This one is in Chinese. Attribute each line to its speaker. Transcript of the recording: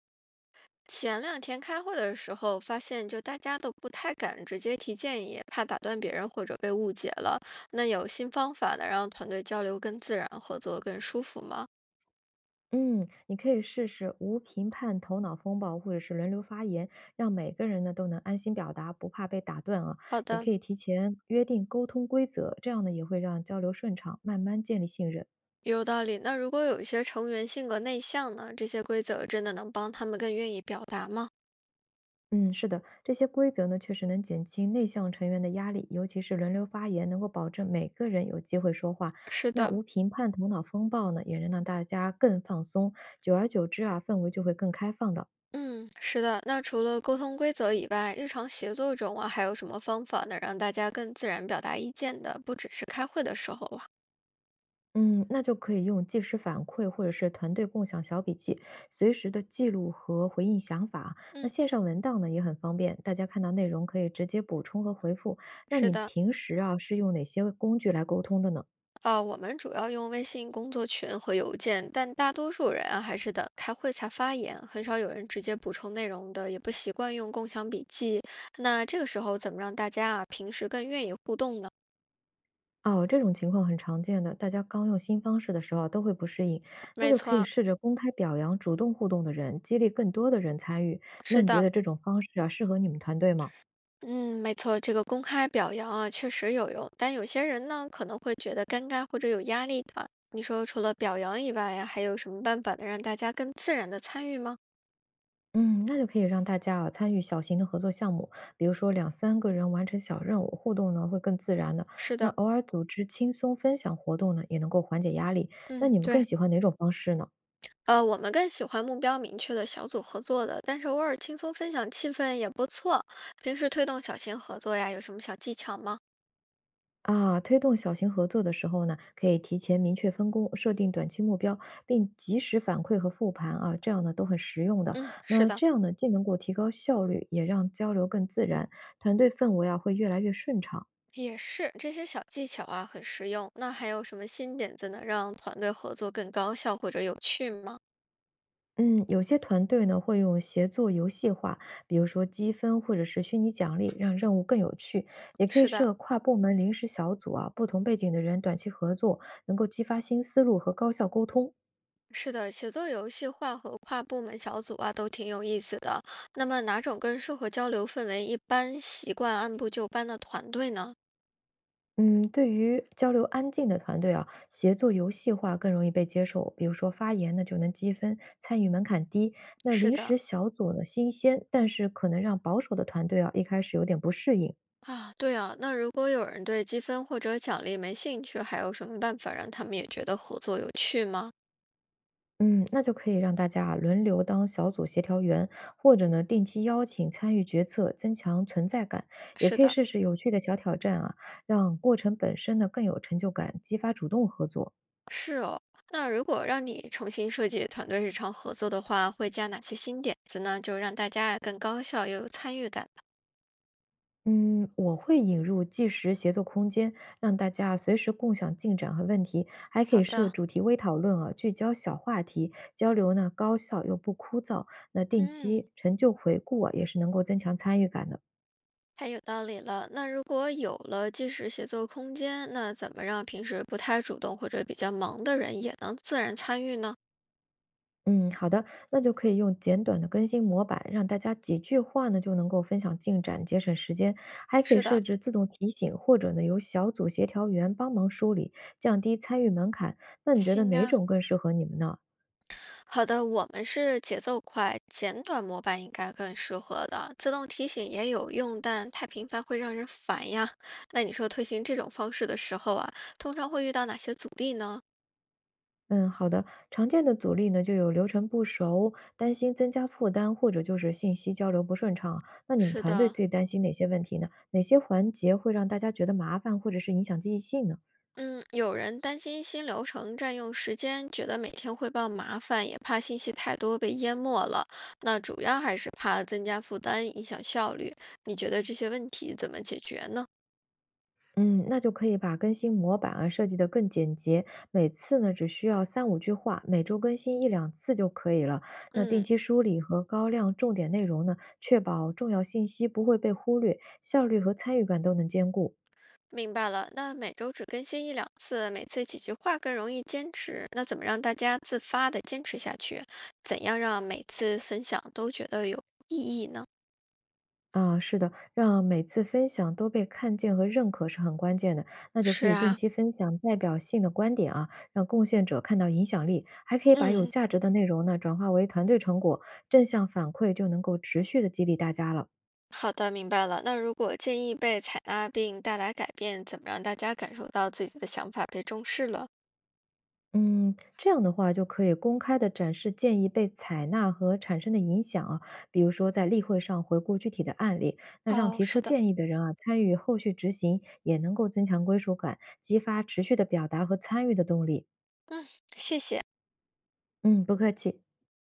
Speaker 1: 前两天开会的时候，发现就大家都不太敢直接提建议，怕打断别人或者被误解了。那有新方法能让团队交流更自然，合作更舒服吗？
Speaker 2: 嗯，你可以试试无评判头脑风暴，或者是轮流发言，让每个人呢都能安心表达，不怕被打断啊。
Speaker 1: 好
Speaker 2: 也
Speaker 1: 的，
Speaker 2: 可以提前约定沟通规则，这样呢也会让交流顺畅，慢慢建立信任。
Speaker 1: 有道理。那如果有一些成员性格内向呢，这些规则真的能帮他们更愿意表达吗？
Speaker 2: 嗯，是的，这些规则呢确实能减轻内向成员的压力，尤其是轮流发言，能够保证每个人有机会说话。
Speaker 1: 是
Speaker 2: 那
Speaker 1: 的，
Speaker 2: 无评判头脑风暴呢，也能让大家更放松，久而久之啊，氛围就会更开放的。
Speaker 1: 嗯，是的。那除了沟通规则以外，日常协作中啊，还有什么方法能让大家更自然表达意见的？不只是开会的时候啊。
Speaker 2: 嗯，那就可以用即时反馈或者是团队共享小笔记，随时的记录和回应想法。那
Speaker 1: 嗯，
Speaker 2: 线上文档呢也很方便，大家看到内容可以直接补充和回复。那
Speaker 1: 是
Speaker 2: 你
Speaker 1: 的。
Speaker 2: 平时啊是用哪些工具来沟通的呢？
Speaker 1: 我们主要用微信工作群和邮件，但大多数人啊还是等开会才发言，很少有人直接补充内容的，也不习惯用共享笔记。那这个时候怎么让大家啊平时更愿意互动呢？
Speaker 2: 哦，这种情况很常见的，大家刚用新方式的时候啊都会不适应，那
Speaker 1: 没
Speaker 2: 就
Speaker 1: 错
Speaker 2: 可以
Speaker 1: 啊
Speaker 2: 试着公开表扬主动互动的人，激励更多的人参与。那
Speaker 1: 是
Speaker 2: 你觉
Speaker 1: 的，
Speaker 2: 得这种方式啊适合你们团队吗？
Speaker 1: 嗯，没错，这个公开表扬啊确实有用，但有些人呢可能会觉得尴尬或者有压力的。你说除了表扬以外呀，还有什么办法能让大家更自然的参与吗？
Speaker 2: 嗯，那就可以让大家啊参与小型的合作项目，比如说两三个人完成小任务，互动呢会更自然的。
Speaker 1: 是
Speaker 2: 那
Speaker 1: 的，
Speaker 2: 偶尔组织轻松分享活动呢，也能够缓解压力。那
Speaker 1: 嗯，
Speaker 2: 你们更
Speaker 1: 对。
Speaker 2: 喜欢哪种方式呢？
Speaker 1: 我们更喜欢目标明确的小组合作的，但是偶尔轻松分享气氛也不错。平时推动小型合作呀，有什么小技巧吗？
Speaker 2: 啊，推动小型合作的时候呢，可以提前明确分工，设定短期目标，并及时反馈和复盘啊，这样呢都很实用的。
Speaker 1: 嗯，是
Speaker 2: 那
Speaker 1: 的，
Speaker 2: 这样呢，既能够提高效率，也让交流更自然，团队氛围啊会越来越顺畅。
Speaker 1: 也是，这些小技巧啊，很实用。那还有什么新点子能让团队合作更高效或者有趣吗？
Speaker 2: 嗯，有些团队呢会用协作游戏化，比如说积分或者是虚拟奖励，让任务更有趣。也可以
Speaker 1: 是的。
Speaker 2: 设跨部门临时小组啊，不同背景的人短期合作，能够激发新思路和高效沟通。
Speaker 1: 是的，写作游戏化和跨部门小组啊，都挺有意思的。那么哪种更适合交流氛围一般、习惯按部就班的团队呢？
Speaker 2: 嗯，对于交流安静的团队啊，协作游戏化更容易被接受。比如说发言呢就能积分，参与门槛低。那
Speaker 1: 是
Speaker 2: 临时
Speaker 1: 的，
Speaker 2: 小组呢新鲜，但是可能让保守的团队啊一开始有点不适应。
Speaker 1: 啊，对啊，那如果有人对积分或者奖励没兴趣，还有什么办法让他们也觉得合作有趣吗？
Speaker 2: 嗯，那就可以让大家啊轮流当小组协调员，或者呢定期邀请参与决策，增强存在感。也
Speaker 1: 是
Speaker 2: 可以
Speaker 1: 的，
Speaker 2: 试试有趣的小挑战啊，让过程本身呢更有成就感，激发主动合作。
Speaker 1: 是哦，那如果让你重新设计团队日常合作的话，会加哪些新点子呢？就让大家更高效又有参与感。
Speaker 2: 嗯，我会引入计时协作空间，让大家啊随时共享进展和问题，还可
Speaker 1: 好
Speaker 2: 以设
Speaker 1: 的，
Speaker 2: 主题微讨论啊，聚焦小话题，交流呢高效又不枯燥。那定
Speaker 1: 嗯。
Speaker 2: 期成就回顾啊，也是能够增强参与感的。
Speaker 1: 太有道理了。那如果有了即时协作空间，那怎么让平时不太主动或者比较忙的人也能自然参与呢？
Speaker 2: 嗯，好的，那就可以用简短的更新模板，让大家几句话呢就能够分享进展，节省时间。还可以
Speaker 1: 是
Speaker 2: 设
Speaker 1: 的，
Speaker 2: 置自动提醒，或者呢由小组协调员帮忙梳理，降低参与门槛。那你觉得
Speaker 1: 行
Speaker 2: 哪
Speaker 1: 啊。
Speaker 2: 种更适合你们呢？
Speaker 1: 好的，我们是节奏快，简短模板应该更适合的。自动提醒也有用，但太频繁会让人烦呀。那你说推行这种方式的时候啊，通常会遇到哪些阻力呢？
Speaker 2: 嗯，好的。常见的阻力呢就有流程不熟、担心增加负担，或者就是信息交流不顺畅啊那你们
Speaker 1: 是
Speaker 2: 团队
Speaker 1: 的，
Speaker 2: 最担心哪些问题呢？哪些环节会让大家觉得麻烦，或者是影响积极性呢？
Speaker 1: 嗯，有人担心新流程占用时间，觉得每天汇报麻烦，也怕信息太多被淹没了。那主要还是怕增加负担，影响效率。你觉得这些问题怎么解决呢？
Speaker 2: 嗯，那就可以把更新模板啊设计得更简洁，每次呢只需要三五句话，每周更新一两次就可以了。那定
Speaker 1: 嗯。
Speaker 2: 期梳理和高亮重点内容呢，确保重要信息不会被忽略，效率和参与感都能兼顾。
Speaker 1: 明白了，那每周只更新一两次，每次几句话更容易坚持。那怎么让大家自发的坚持下去？怎样让每次分享都觉得有意义呢？
Speaker 2: 啊，是的，让每次分享都被看见和认可是很关键的。那就可
Speaker 1: 是
Speaker 2: 以定
Speaker 1: 啊，
Speaker 2: 期分享代表性的观点啊，让贡献者看到影响力，还可以把有
Speaker 1: 嗯，
Speaker 2: 价值的内容呢转化为团队成果，正向反馈就能够持续的激励大家了。
Speaker 1: 好的，明白了。那如果建议被采纳并带来改变，怎么让大家感受到自己的想法被重视了？
Speaker 2: 嗯，这样的话就可以公开的展示建议被采纳和产生的影响啊，比如说在例会上回顾具体的案例，那让
Speaker 1: 哦，
Speaker 2: 提出
Speaker 1: 是的，
Speaker 2: 建议的人啊参与后续执行，也能够增强归属感，激发持续的表达和参与的动力。
Speaker 1: 嗯，谢谢。
Speaker 2: 嗯，不客气。